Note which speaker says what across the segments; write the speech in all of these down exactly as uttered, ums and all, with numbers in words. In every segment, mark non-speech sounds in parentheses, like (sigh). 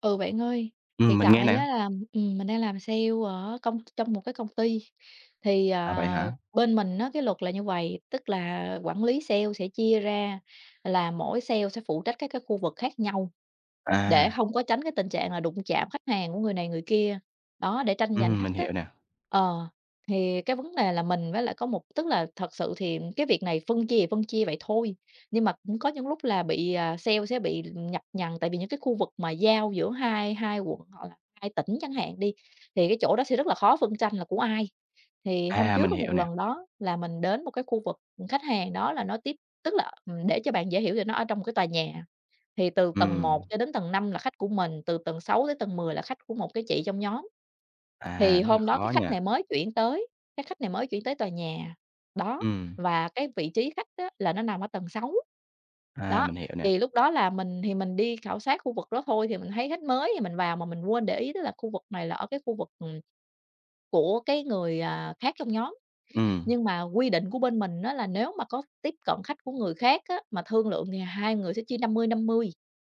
Speaker 1: Ừ, bạn ơi, hiện
Speaker 2: Ừm, mình nghe
Speaker 1: tại
Speaker 2: nè.
Speaker 1: á là, ừm, mình đang làm sale ở công trong một cái công ty. thì,
Speaker 2: À, vậy
Speaker 1: à,
Speaker 2: hả?
Speaker 1: bên mình nó cái luật là như vậy, tức là quản lý sale sẽ chia ra là mỗi sale sẽ phụ trách các cái khu vực khác nhau.
Speaker 2: À,
Speaker 1: Để không có tránh cái tình trạng là đụng chạm khách hàng của người này người kia, đó, để tranh giành
Speaker 2: ừm,
Speaker 1: khách
Speaker 2: mình
Speaker 1: á.
Speaker 2: hiểu nè.
Speaker 1: Ờ, thì cái vấn đề là mình với lại có một tức là, thật sự thì cái việc này phân chia thì phân chia vậy thôi, nhưng mà cũng có những lúc là bị, à, sale sẽ bị nhập nhằng, tại vì những cái khu vực mà giao giữa hai hai quận hoặc là hai tỉnh chẳng hạn đi, thì cái chỗ đó sẽ rất là khó phân tranh là của ai. Thì hôm
Speaker 2: À,
Speaker 1: trước
Speaker 2: mình
Speaker 1: có một
Speaker 2: hiểu nè.
Speaker 1: lần, đó là mình đến một cái khu vực, khách hàng đó là nó tiếp tức là, ừm, để cho bạn dễ hiểu thì nó ở trong cái tòa nhà. Thì từ tầng một
Speaker 2: Ừm,
Speaker 1: cho đến tầng năm là khách của mình, từ tầng sáu tới tầng mười là khách của một cái chị trong nhóm.
Speaker 2: À,
Speaker 1: Thì
Speaker 2: rất là
Speaker 1: hôm đó cái
Speaker 2: khó
Speaker 1: khách
Speaker 2: nha.
Speaker 1: này mới chuyển tới, cái khách này mới chuyển tới tòa nhà, đó,
Speaker 2: Ừm,
Speaker 1: và cái vị trí khách á là nó nằm ở tầng sáu.
Speaker 2: À,
Speaker 1: Đó,
Speaker 2: mình hiểu nè.
Speaker 1: thì lúc đó là mình thì mình đi khảo sát khu vực đó thôi, thì mình thấy khách mới thì mình vào mà mình quên để ý, tức là khu vực này là ở cái khu vực, ừm, của cái người, à, khác trong nhóm.
Speaker 2: Ừm,
Speaker 1: Nhưng mà quy định của bên mình á là nếu mà có tiếp cận khách của người khác á, mà thương lượng thì hai người sẽ chia năm mươi năm mươi.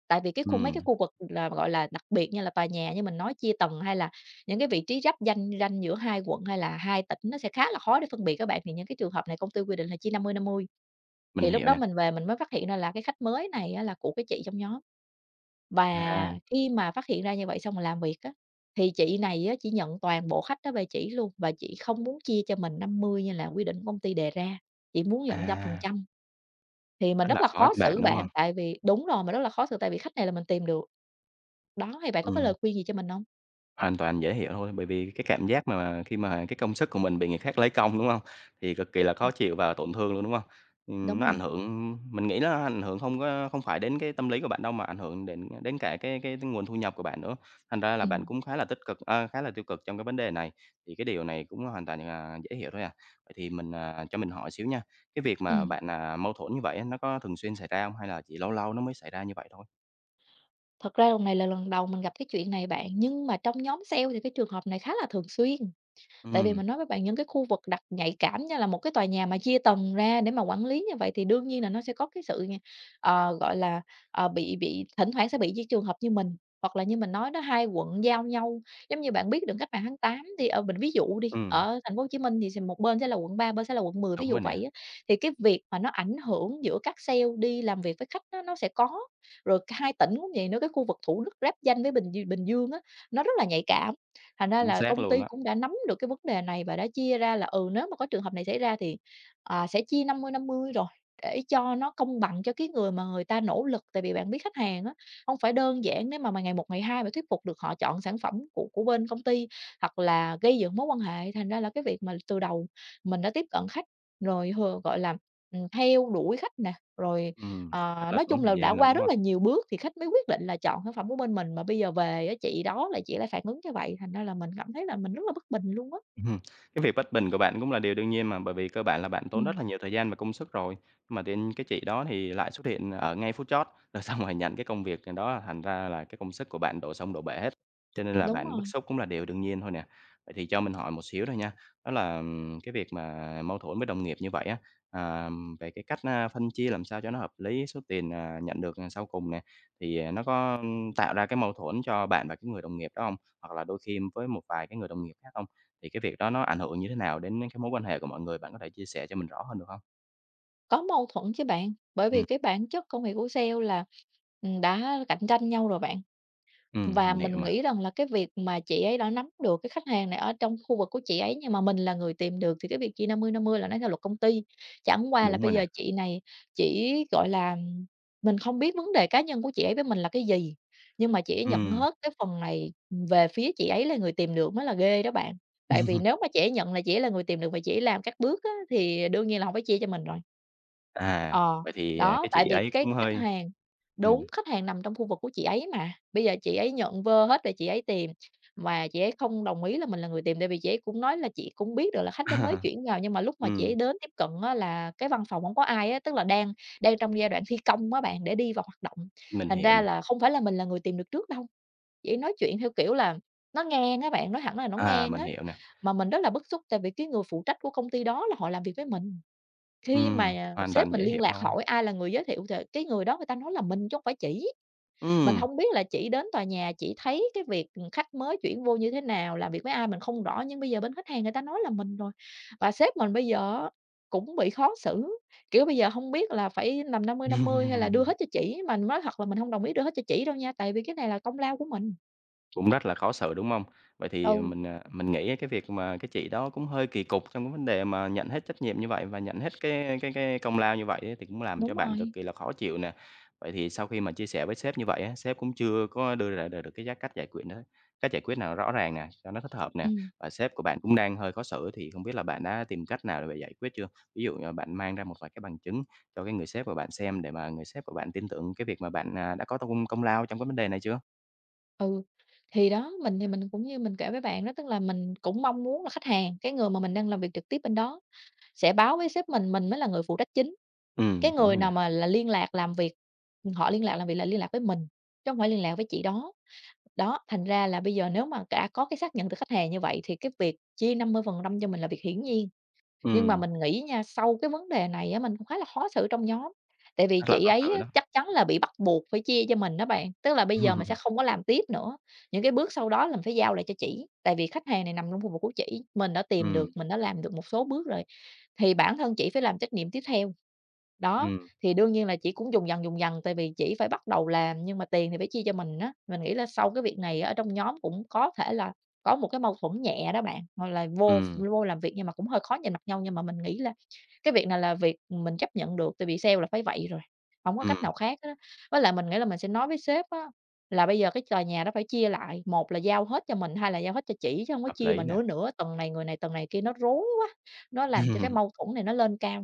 Speaker 1: Tại vì cái khu mấy cái
Speaker 2: ừm,
Speaker 1: khu vực là, gọi là, đặc biệt, như là tòa nhà như mình nói chia tầng, hay là những cái vị trí giáp danh ranh giữa hai quận hay là hai tỉnh, nó sẽ khá là khó để phân biệt các bạn. Thì những cái trường hợp này công ty quy định là chia năm mươi năm mươi.
Speaker 2: mình
Speaker 1: Thì lúc
Speaker 2: hiểu
Speaker 1: đó
Speaker 2: nè.
Speaker 1: mình về mình mới phát hiện ra là cái khách mới này á là của cái chị trong nhóm. Và
Speaker 2: À,
Speaker 1: khi mà phát hiện ra như vậy xong rồi làm việc á, thì chị này á chỉ nhận toàn bộ khách đó về chị luôn, và chị không muốn chia cho mình năm mươi như là quy định của công ty đề ra, chị muốn nhận trăm phần
Speaker 2: à,
Speaker 1: trăm Thì mình
Speaker 2: rất
Speaker 1: rất
Speaker 2: là
Speaker 1: là
Speaker 2: khó
Speaker 1: khó
Speaker 2: cho bạn,
Speaker 1: xử
Speaker 2: đúng
Speaker 1: bạn,
Speaker 2: hông?
Speaker 1: tại vì đúng rồi, mình rất là khó xử tại vì khách này là mình tìm được. Đó, thì bạn có cái lời
Speaker 2: Ừm.
Speaker 1: khuyên gì cho mình không?
Speaker 2: Hoàn toàn dễ hiểu thôi, bởi vì cái cảm giác mà khi mà cái công sức của mình bị người khác lấy công, đúng không? Thì cực kỳ là khó chịu và tổn thương luôn, đúng không?
Speaker 1: Đúng
Speaker 2: Ừm, nó ảnh
Speaker 1: rồi,
Speaker 2: hưởng mình nghĩ nó ảnh hưởng không có không phải đến cái tâm lý của bạn đâu, mà ảnh hưởng đến đến cả cái cái nguồn thu nhập của bạn nữa. Thành ra là bạn
Speaker 1: ừm,
Speaker 2: cũng khá là tích cực a, khá là tiêu cực trong cái vấn đề này, thì cái điều này cũng hoàn toàn là dễ hiểu thôi à. Vậy thì mình, à, cho mình hỏi xíu nha, cái việc mà
Speaker 1: ừm.
Speaker 2: bạn, à, mâu thuẫn như vậy á, nó có thường xuyên xảy ra không hay là chỉ lâu lâu nó mới xảy ra như vậy thôi?
Speaker 1: Thật ra lần này là lần đầu mình gặp cái chuyện này bạn, nhưng mà trong nhóm sale thì cái trường hợp này khá là thường xuyên. Tại vì
Speaker 2: Ừ
Speaker 1: mình nói với bạn, những cái khu vực đặc nhạy cảm nha, là một cái tòa nhà mà chia tầng ra để mà quản lý như vậy thì đương nhiên là nó sẽ có cái sự ng ờ, gọi là, ờ, bị bị thỉnh thoảng sẽ bị những trường hợp như mình, hoặc là như mình nói đó, hai quận giao nhau. Giống như bạn biết đường Cách Mạng Tháng tám, thì ờ, mình ví dụ đi,
Speaker 2: ừm,
Speaker 1: ở thành phố Hồ Chí Minh thì s một bên sẽ là quận ba, bên sẽ là quận mười, ví
Speaker 2: đúng rồi
Speaker 1: dụ
Speaker 2: nè,
Speaker 1: vậy á. Thì cái việc mà nó ảnh hưởng giữa các sale đi làm việc với khách á, nó sẽ có. Rồi hai tỉnh cũng vậy nữa, cái khu vực Thủ Đức giáp ranh với Bình Dương Bình Dương á, nó rất là nhạy cảm. Thành ra
Speaker 2: chính
Speaker 1: là
Speaker 2: xác
Speaker 1: công
Speaker 2: luôn
Speaker 1: ty
Speaker 2: á.
Speaker 1: cũng đã nắm được cái vấn đề này và đã chia ra là, ừ, nếu mà có trường hợp này xảy ra thì, à, sẽ chia năm mươi năm mươi rồi, để cho nó công bằng cho cái người mà người ta nỗ lực. Tại vì bạn biết khách hàng á, không phải đơn giản nếu mà mà ngày một, ngày hai mà thuyết phục được họ chọn sản phẩm của của bên công ty, hoặc là gây dựng mối quan hệ. Thành ra là cái việc mà từ đầu mình đã tiếp cận khách, rồi h gọi là, ừm, theo đuổi khách nè, rồi.
Speaker 2: Ừm,
Speaker 1: Ờ,
Speaker 2: rất là
Speaker 1: nói chung
Speaker 2: tốn thời
Speaker 1: là đã
Speaker 2: gian luôn,
Speaker 1: qua
Speaker 2: đúng
Speaker 1: rất
Speaker 2: hông?
Speaker 1: là nhiều bước thì khách mới quyết định là chọn sản phẩm của bên mình, mà bây giờ về á, chị đó lại, chị lại phản ứng như vậy, thành ra là mình cảm thấy là mình rất là bất bình luôn á.
Speaker 2: Ừm, cái việc bất bình của bạn cũng là điều đương nhiên mà, bởi vì cơ bản là bạn tốn rất
Speaker 1: Ừm,
Speaker 2: là nhiều thời gian và công sức rồi, nhưng mà tự cái chị đó thì lại xuất hiện ở ngay phút chót, (laughs) rồi xong rồi nhận cái công việc đó, thành ra là cái công sức của bạn đổ sông đổ bể hết, cho nên là
Speaker 1: đúng
Speaker 2: bạn
Speaker 1: rồi,
Speaker 2: bức xúc cũng là điều đương nhiên thôi nè. Vậy thì cho mình hỏi một xíu thôi nha, đó là, ừm, cái việc mà mâu thuẫn với đồng nghiệp như vậy á, à, về cái cách, a, phân chia làm sao cho nó hợp lý số tiền, à, nhận được, à, sau cùng nè, thì, à, nó có, ưm, tạo ra cái mâu thuẫn cho bạn và cái người đồng nghiệp đó không? Hoặc là đôi khi với một vài cái người đồng nghiệp khác không? Thì cái việc đó nó ảnh hưởng như thế nào đến cái mối quan hệ của mọi người? Bạn có thể chia sẻ cho mình rõ hơn được không?
Speaker 1: có mâu thuẫn chứ bạn, bởi vì
Speaker 2: Ừm,
Speaker 1: cái bản chất công việc của sale là, ừm, đã cạnh tranh nhau rồi bạn.
Speaker 2: ừm,
Speaker 1: Và
Speaker 2: mình
Speaker 1: mình
Speaker 2: hiểu mà,
Speaker 1: nghĩ rằng là cái việc mà chị ấy đã nắm được cái khách hàng này ở trong khu vực của chị ấy, nhưng mà mình là người tìm được, thì cái việc chia năm mươi năm mươi là nó theo luật công ty. Chẳng qua là
Speaker 2: đúng
Speaker 1: bây
Speaker 2: rồi nè.
Speaker 1: giờ chị này chỉ, gọi là, mình không biết vấn đề cá nhân của chị ấy với mình là cái gì, nhưng mà chị ấy nhận
Speaker 2: Ừm.
Speaker 1: hết cái phần này về phía chị ấy, là người tìm được, mới là ghê đó bạn. Tại vì nếu
Speaker 2: (laughs)
Speaker 1: mà chị ấy nhận là chị ấy là người tìm được và chị ấy làm các bước á, thì đương nhiên là không phải chia cho mình rồi.
Speaker 2: À,
Speaker 1: Ờ,
Speaker 2: vậy thì, à,
Speaker 1: đó,
Speaker 2: cái
Speaker 1: tại
Speaker 2: chị
Speaker 1: vì
Speaker 2: ấy
Speaker 1: cái
Speaker 2: cũng
Speaker 1: khách
Speaker 2: hơi.
Speaker 1: hàng, đúng,
Speaker 2: ừm,
Speaker 1: khách hàng nằm trong khu vực của chị ấy mà, bây giờ chị ấy nhận vơ hết rồi chị ấy tìm, mà chị ấy không đồng ý là mình là người tìm, tại vì chị ấy cũng nói là chị cũng biết được là khách đó mới
Speaker 2: (laughs)
Speaker 1: chuyển vào, nhưng mà lúc mà chị
Speaker 2: ừm,
Speaker 1: ấy đến tiếp cận á là cái văn phòng hổng có ai á, tức là đang đang trong giai đoạn thi công á bạn, để đi vào hoạt động,
Speaker 2: mình
Speaker 1: thành
Speaker 2: hiểu
Speaker 1: ra
Speaker 2: nè.
Speaker 1: là không phải là mình là người tìm được trước đâu. Chị ấy nói chuyện theo kiểu là nó ngang á bạn, nói thẳng là nó
Speaker 2: À,
Speaker 1: ngang
Speaker 2: mình
Speaker 1: á,
Speaker 2: hiểu nè.
Speaker 1: mà mình rất là bức xúc tại vì cái người phụ trách của công ty đó là họ làm việc với mình. Khi
Speaker 2: Ừm,
Speaker 1: mà
Speaker 2: hoàn
Speaker 1: sếp
Speaker 2: toàn
Speaker 1: mình
Speaker 2: dễ
Speaker 1: liên
Speaker 2: hiểu
Speaker 1: lạc
Speaker 2: thôi.
Speaker 1: hỏi ai là người giới thiệu thì cái người đó người ta nói là mình chứ không phải chỉ. Mình
Speaker 2: Ừm.
Speaker 1: không biết là chỉ đến tòa nhà chỉ thấy cái việc, khách mới chuyển vô như thế nào, làm việc với ai mình không rõ, nhưng bây giờ bên khách hàng người ta nói là mình rồi. Và sếp mình bây giờ á cũng bị khó xử, kiểu, bây giờ không biết là phải làm năm mươi năm mươi hay là đưa hết
Speaker 2: (laughs)
Speaker 1: cho chỉ, mà nói thật là mình không đồng ý đưa hết cho chỉ đâu nha, tại vì cái này là công lao của mình.
Speaker 2: Cũng rất là khó xử, đúng không? Vậy thì ờ,
Speaker 1: Ừ,
Speaker 2: mình, à, mình nghĩ cái việc mà cái chị đó cũng hơi kỳ cục trong cái vấn đề mà nhận hết trách nhiệm như vậy và nhận hết cái cái cái công lao như vậy ấy, thì cũng làm cho
Speaker 1: đúng
Speaker 2: bạn
Speaker 1: rồi.
Speaker 2: cực kỳ là khó chịu nè. Vậy thì sau khi mà chia sẻ với sếp như vậy á, sếp cũng chưa có đưa ra được cái giá cách giải quyết đó cách giải quyết nào rõ ràng nè, cho nó thích hợp nè,
Speaker 1: Ừm.
Speaker 2: và sếp của bạn cũng đang hơi khó xử, thì không biết là bạn đã tìm cách nào để giải quyết chưa? Ví dụ như là bạn mang ra một vài cái bằng chứng cho cái người sếp của bạn xem để mà người sếp của bạn tin tưởng cái việc mà bạn, à, đã có công công lao trong cái vấn đề này chưa?
Speaker 1: Ừ, thì đó, mình thì mình cũng như mình kể với bạn đó, tức là mình cũng mong muốn là khách hàng, cái người mà mình đang làm việc trực tiếp bên đó sẽ báo với sếp mình, mình mới là người phụ trách chính. Cái
Speaker 2: Ừm, đúng
Speaker 1: người
Speaker 2: rồi nè.
Speaker 1: nào mà là liên lạc làm việc, họ liên lạc làm việc là liên lạc với mình, chứ không phải liên lạc với chị đó. Đó, thành ra là bây giờ nếu mà đã có cái xác nhận từ khách hàng như vậy thì cái việc chia năm mươi phần trăm cho mình là việc hiển nhiên. Nhưng mà
Speaker 2: Ừm,
Speaker 1: mình nghĩ nha, sau cái vấn đề này á, mình cũng khá là khó xử trong nhóm, tại vì
Speaker 2: Rất là
Speaker 1: chị
Speaker 2: khó
Speaker 1: ấy
Speaker 2: xử
Speaker 1: á,
Speaker 2: đó.
Speaker 1: chắc chắn là bị bắt buộc phải chia cho mình đó bạn. Tức là bây giờ mình sẽ không
Speaker 2: (laughs)
Speaker 1: có làm tiếp nữa, những cái bước sau đó là mình phải giao lại cho chị, tại vì khách hàng này nằm trong khu vực của chị, mình đã tìm được,
Speaker 2: Ừm,
Speaker 1: mình đã làm được một số bước rồi, thì bản thân chị phải làm trách nhiệm tiếp theo. Đó,
Speaker 2: ừm, ừm,
Speaker 1: thì đương nhiên là chỉ cũng dùng dần, dùng dần, tại vì chỉ phải bắt đầu làm nhưng mà tiền thì phải chia cho mình á. Mình nghĩ là sau cái việc này ở trong nhóm cũng có thể là có một cái mâu thuẫn nhẹ đó bạn, hoặc là vô
Speaker 2: ừm,
Speaker 1: vô làm việc nhưng mà cũng hơi khó nhìn mặt nhau, nhưng mà mình nghĩ là cái việc này là việc mình chấp nhận được, tại vì sale là phải vậy rồi, không có cách nào khác đó. Với lại mình nghĩ là mình sẽ nói với sếp á, là bây giờ cái tòa nhà đó phải chia lại, một là giao hết cho mình, hai là giao hết cho chỉ chứ hông có
Speaker 2: Hợp
Speaker 1: chia mà
Speaker 2: lý nè.
Speaker 1: nửa nửa, tuần này người này, tuần này kia nó rối quá, nó làm cho cái
Speaker 2: (laughs)
Speaker 1: mâu thuẫn này nó lên cao.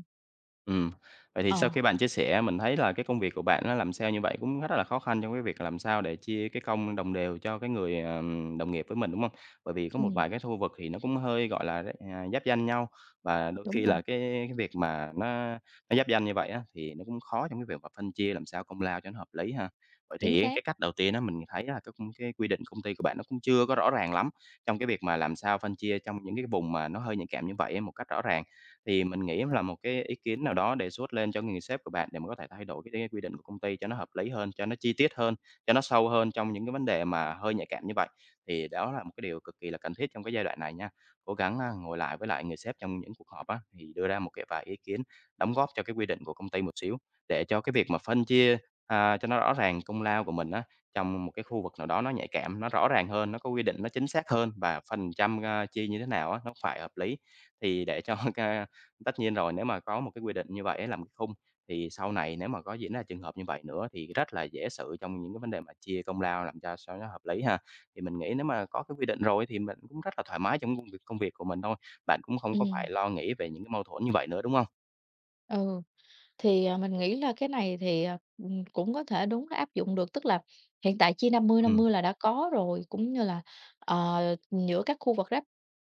Speaker 2: Ừm, Vậy thì sau
Speaker 1: Ờ,
Speaker 2: khi bạn chia sẻ mình thấy là cái công việc của bạn nó làm sale như vậy cũng rất là khó khăn trong cái việc làm sao để chia cái công đồng đều cho cái người, ờ, đồng nghiệp với mình, đúng không? Bởi vì có một
Speaker 1: ừm.
Speaker 2: vài cái khu vực thì nó cũng hơi, gọi là, à, giáp danh nhau, và đôi
Speaker 1: Đúng
Speaker 2: khi
Speaker 1: rồi,
Speaker 2: là cái cái việc mà nó nó giáp danh như vậy á, thì nó cũng khó trong cái việc mà phân chia làm sao công lao cho nó hợp lý ha. Vậy
Speaker 1: chính
Speaker 2: thì
Speaker 1: xác.
Speaker 2: cái cách đầu tiên đó mình thấy là cái cái quy định công ty của bạn nó cũng chưa có rõ ràng lắm trong cái việc mà làm sao phân chia trong những cái vùng mà nó hơi nhạy cảm như vậy một cách rõ ràng. Thì mình nghĩ là một cái ý kiến nào đó đề xuất lên cho người sếp của bạn để mà có thể thay đổi cái cái quy định của công ty cho nó hợp lý hơn, cho nó chi tiết hơn, cho nó sâu hơn trong những cái vấn đề mà hơi nhạy cảm như vậy. Thì đó là một cái điều cực kỳ là cần thiết trong cái giai đoạn này nha. Cố gắng, a, ngồi lại với lại người sếp trong những cuộc họp á, thì đưa ra một cái vài ý kiến đóng góp cho cái quy định của công ty một xíu, để cho cái việc mà phân chia, à, cho nó rõ ràng công lao của mình á, trong một cái khu vực nào đó nó nhạy cảm, nó rõ ràng hơn, nó có quy định nó chính xác hơn, và phần trăm, a, chia như thế nào á, nó phải hợp lý. Thì để cho (laughs) tất nhiên rồi, nếu mà có một cái quy định như vậy á, làm cái khung thì sau này nếu mà có diễn ra trường hợp như vậy nữa thì rất là dễ xử trong những cái vấn đề mà chia công lao làm cho sao nó hợp lý ha. Thì mình nghĩ nếu mà có cái quy định rồi thì mình cũng rất là thoải mái trong công việc công việc của mình thôi, bạn cũng không có
Speaker 1: Ừm,
Speaker 2: phải lo nghĩ về những cái mâu thuẫn như vậy nữa, đúng không?
Speaker 1: ừ. Thì, à, mình nghĩ là cái này thì, à, ừm, cũng có thể đúng là áp dụng được, tức là hiện tại chia năm mươi năm
Speaker 2: Ừ.
Speaker 1: mươi là đã có rồi, cũng như là, ờ, giữa các khu vực ráp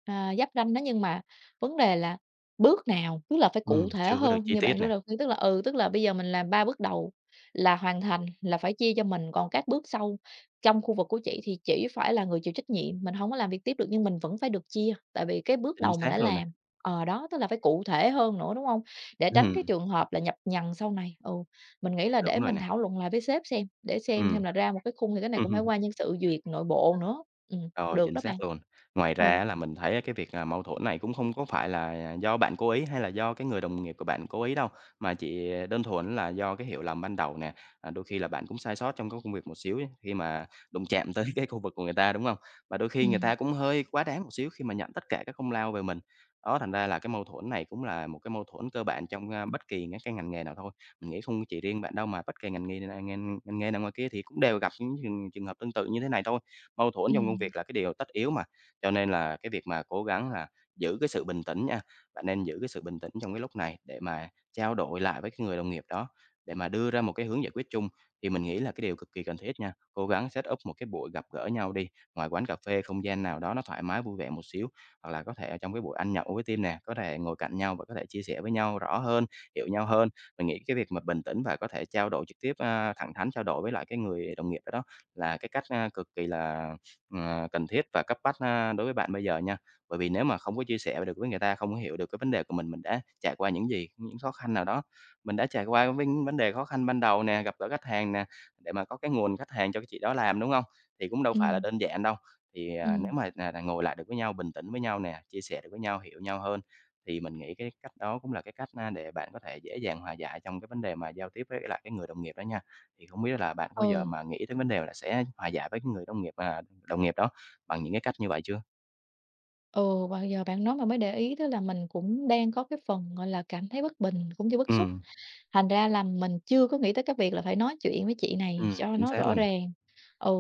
Speaker 1: à, giáp ranh đó. Nhưng mà vấn đề là bước nào, tức là phải cụ
Speaker 2: ừm,
Speaker 1: thể
Speaker 2: Chưa có được
Speaker 1: hơn
Speaker 2: chi
Speaker 1: như
Speaker 2: tiết
Speaker 1: bạn đưa
Speaker 2: nè,
Speaker 1: ra khuyên, tức là, ừ, tức là bây giờ mình làm ba bước đầu là hoàn thành, là phải chia cho mình, còn các bước sau trong khu vực của chị thì chỉ phải là người chịu trách nhiệm, mình không có làm việc tiếp được nhưng mình vẫn phải được chia, tại vì cái bước
Speaker 2: chính
Speaker 1: đầu mình đã
Speaker 2: xác luôn nè.
Speaker 1: làm. Ờ, đó, tức là phải cụ thể hơn nữa, đúng không, để tránh cái
Speaker 2: Ừm,
Speaker 1: trường hợp là nhập nhằng sau này. Ừ, mình nghĩ là để
Speaker 2: Đúng rồi
Speaker 1: mình
Speaker 2: nè.
Speaker 1: thảo luận lại với sếp xem, để xem
Speaker 2: Ừ.
Speaker 1: xem là ra một cái khung thì cái này cũng phải
Speaker 2: (laughs)
Speaker 1: qua nhân sự duyệt nội bộ nữa. Ừm,
Speaker 2: Rồi,
Speaker 1: được
Speaker 2: chính
Speaker 1: đó bạn.
Speaker 2: xác luôn. Ngoài
Speaker 1: Ừ,
Speaker 2: ra á là mình thấy á cái việc, à, mâu thuẫn này cũng không có phải là do bạn cố ý hay là do cái người đồng nghiệp của bạn cố ý đâu, mà chỉ đơn thuần là do cái hiểu lầm ban đầu nè. À, đôi khi là bạn cũng sai sót trong cái công việc một xíu ấy, khi mà đụng chạm tới (laughs) cái khu vực của người ta, đúng không? Và đôi
Speaker 1: ừ,
Speaker 2: khi người ta cũng hơi quá đáng một xíu khi mà nhận tất cả các công lao về mình. Đó, thành ra là cái mâu thuẫn này cũng là một cái mâu thuẫn cơ bản trong, a, bất kỳ những cái ngành nghề nào thôi. Mình nghĩ không chỉ riêng bạn đâu, mà bất kỳ ngành nghề nào ngành ngành nghề nào ngoài kia thì cũng đều gặp những trường trường hợp tương tự như thế này thôi, mâu thuẫn
Speaker 1: ừ,
Speaker 2: trong công việc là cái điều tất yếu mà. Cho nên là cái việc mà cố gắng là giữ cái sự bình tĩnh nha, bạn nên giữ cái sự bình tĩnh trong cái lúc này để mà trao đổi lại với cái người đồng nghiệp đó, để mà đưa ra một cái hướng giải quyết chung, thì mình nghĩ là cái điều cực kỳ cần thiết nha. Cố gắng set up một cái buổi gặp gỡ nhau đi, ngoài quán cà phê, không gian nào đó nó thoải mái vui vẻ một xíu, hoặc là có thể ở trong cái buổi ăn nhậu với team nè, có thể ngồi cạnh nhau và có thể chia sẻ với nhau rõ hơn, hiểu nhau hơn. Mình nghĩ cái việc mà bình tĩnh và có thể trao đổi trực tiếp, a, thẳng thắn trao đổi với lại cái người đồng nghiệp đó đó là cái cách, a, cực kỳ là, ờ, cần thiết và cấp bách, a, đối với bạn bây giờ nha. Bởi vì nếu mà không có chia sẻ được với người ta, không có hiểu được cái vấn đề của mình, mình đã trải qua những gì, những khó khăn nào đó. Mình đã trải qua với những vấn đề khó khăn ban đầu nè, gặp gỡ khách hàng nè, để mà có cái nguồn khách hàng cho cái chị đó làm, đúng không? Thì cũng đâu
Speaker 1: ừ,
Speaker 2: phải là đơn giản đâu. Thì, à, nếu
Speaker 1: ừm,
Speaker 2: mà, à, ngồi lại được với nhau, bình tĩnh với nhau nè, chia sẻ được với nhau, hiểu nhau hơn, thì mình nghĩ cái cách đó cũng là cái cách, a, để bạn có thể dễ dàng hòa giải trong cái vấn đề mà giao tiếp với lại cái người đồng nghiệp đó nha. Thì không biết là bạn có bao giờ
Speaker 1: ừ,
Speaker 2: mà nghĩ tới vấn đề là sẽ hòa giải với cái người đồng nghiệp, à, đồng nghiệp đó bằng những cái cách như vậy chưa?
Speaker 1: ừ, và giờ bạn nói mà mới để ý, tức là mình cũng đang có cái phần, gọi là, cảm thấy bất bình cũng như bức xúc.
Speaker 2: Ừm,
Speaker 1: Thành ra là mình chưa có nghĩ tới cái việc là phải nói chuyện với chị này
Speaker 2: ừm,
Speaker 1: cho
Speaker 2: Chính
Speaker 1: nó
Speaker 2: xác
Speaker 1: rõ
Speaker 2: luôn nè.
Speaker 1: ràng. Ừ,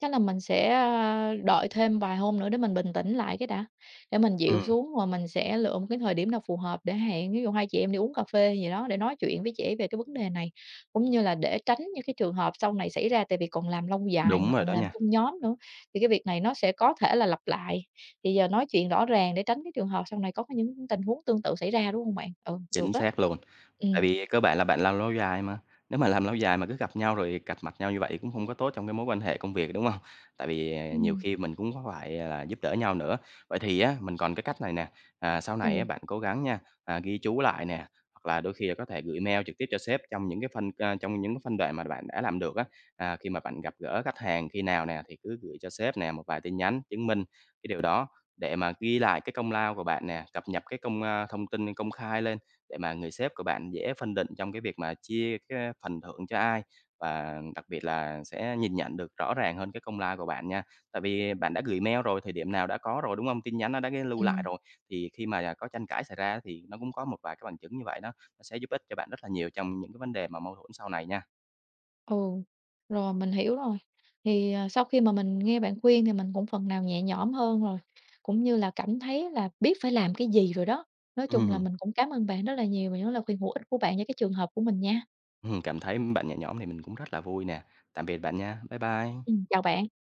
Speaker 1: chắc là mình sẽ, a, đợi thêm vài hôm nữa để mình bình tĩnh lại cái đã, để mình dịu
Speaker 2: Ừm,
Speaker 1: xuống và mình sẽ lựa một cái thời điểm nào phù hợp để hẹn, ví dụ hai chị em đi uống cà phê gì đó để nói chuyện với chị về cái vấn đề này, cũng như là để tránh những cái trường hợp sau này xảy ra. Tại vì còn làm lâu dài mà
Speaker 2: Đúng rồi
Speaker 1: còn
Speaker 2: đó
Speaker 1: làm
Speaker 2: nha.
Speaker 1: chung nhóm nữa, thì cái việc này nó sẽ có thể là lặp lại. Thì giờ nói chuyện rõ ràng để tránh cái trường hợp sau này có cái những tình huống tương tự xảy ra, đúng không bạn? Ừ, được
Speaker 2: Chính
Speaker 1: á.
Speaker 2: xác luôn.
Speaker 1: Ừ.
Speaker 2: Tại vì cơ bản là bạn làm lâu dài mà, nếu mà làm lâu dài mà cứ gặp nhau rồi cạch mặt nhau như vậy cũng không có tốt trong cái mối quan hệ công việc, đúng không? Tại vì, à, nhiều
Speaker 1: Ừm.
Speaker 2: khi mình cũng có phải à, là giúp đỡ nhau nữa. Vậy thì á, mình còn cái cách này nè, à, sau này á
Speaker 1: Ừ,
Speaker 2: bạn cố gắng nha, à, ghi chú lại nè, hoặc là đôi khi là có thể gửi mail trực tiếp cho sếp trong những cái phân a, trong những cái phân đoạn mà bạn đã làm được á. À, khi mà bạn gặp gỡ khách hàng khi nào nè thì cứ gửi cho sếp nè một vài tin nhắn chứng minh cái điều đó, để mà ghi lại cái công lao của bạn nè, cập nhật cái công a, thông tin công khai lên, để mà người sếp của bạn dễ phân định trong cái việc mà chia cái phần thưởng cho ai, và đặc biệt là sẽ nhìn nhận được rõ ràng hơn cái công lao của bạn nha. Tại vì bạn đã gửi mail rồi, thời điểm nào đã có rồi, đúng không? Tin nhắn nó đã ghi lưu lại
Speaker 1: ừm,
Speaker 2: rồi, thì khi mà có tranh cãi xảy ra thì nó cũng có một vài cái bằng chứng như vậy đó, nó sẽ giúp ích cho bạn rất là nhiều trong những cái vấn đề mà mâu thuẫn sau này nha.
Speaker 1: ừ, rồi mình hiểu rồi. Thì, à, sau khi mà mình nghe bạn khuyên thì mình cũng phần nào nhẹ nhõm hơn rồi, cũng như là cảm thấy là biết phải làm cái gì rồi đó. Nói chung là
Speaker 2: Ừm,
Speaker 1: mình cũng cảm ơn bạn rất là nhiều về những lời khuyên hữu ích của bạn cho cái trường hợp của mình nha.
Speaker 2: ừm, Cảm thấy bạn nhẹ nhõm thì mình cũng rất là vui nè. Tạm biệt bạn nha. Bye bye.
Speaker 1: Ừm, chào bạn.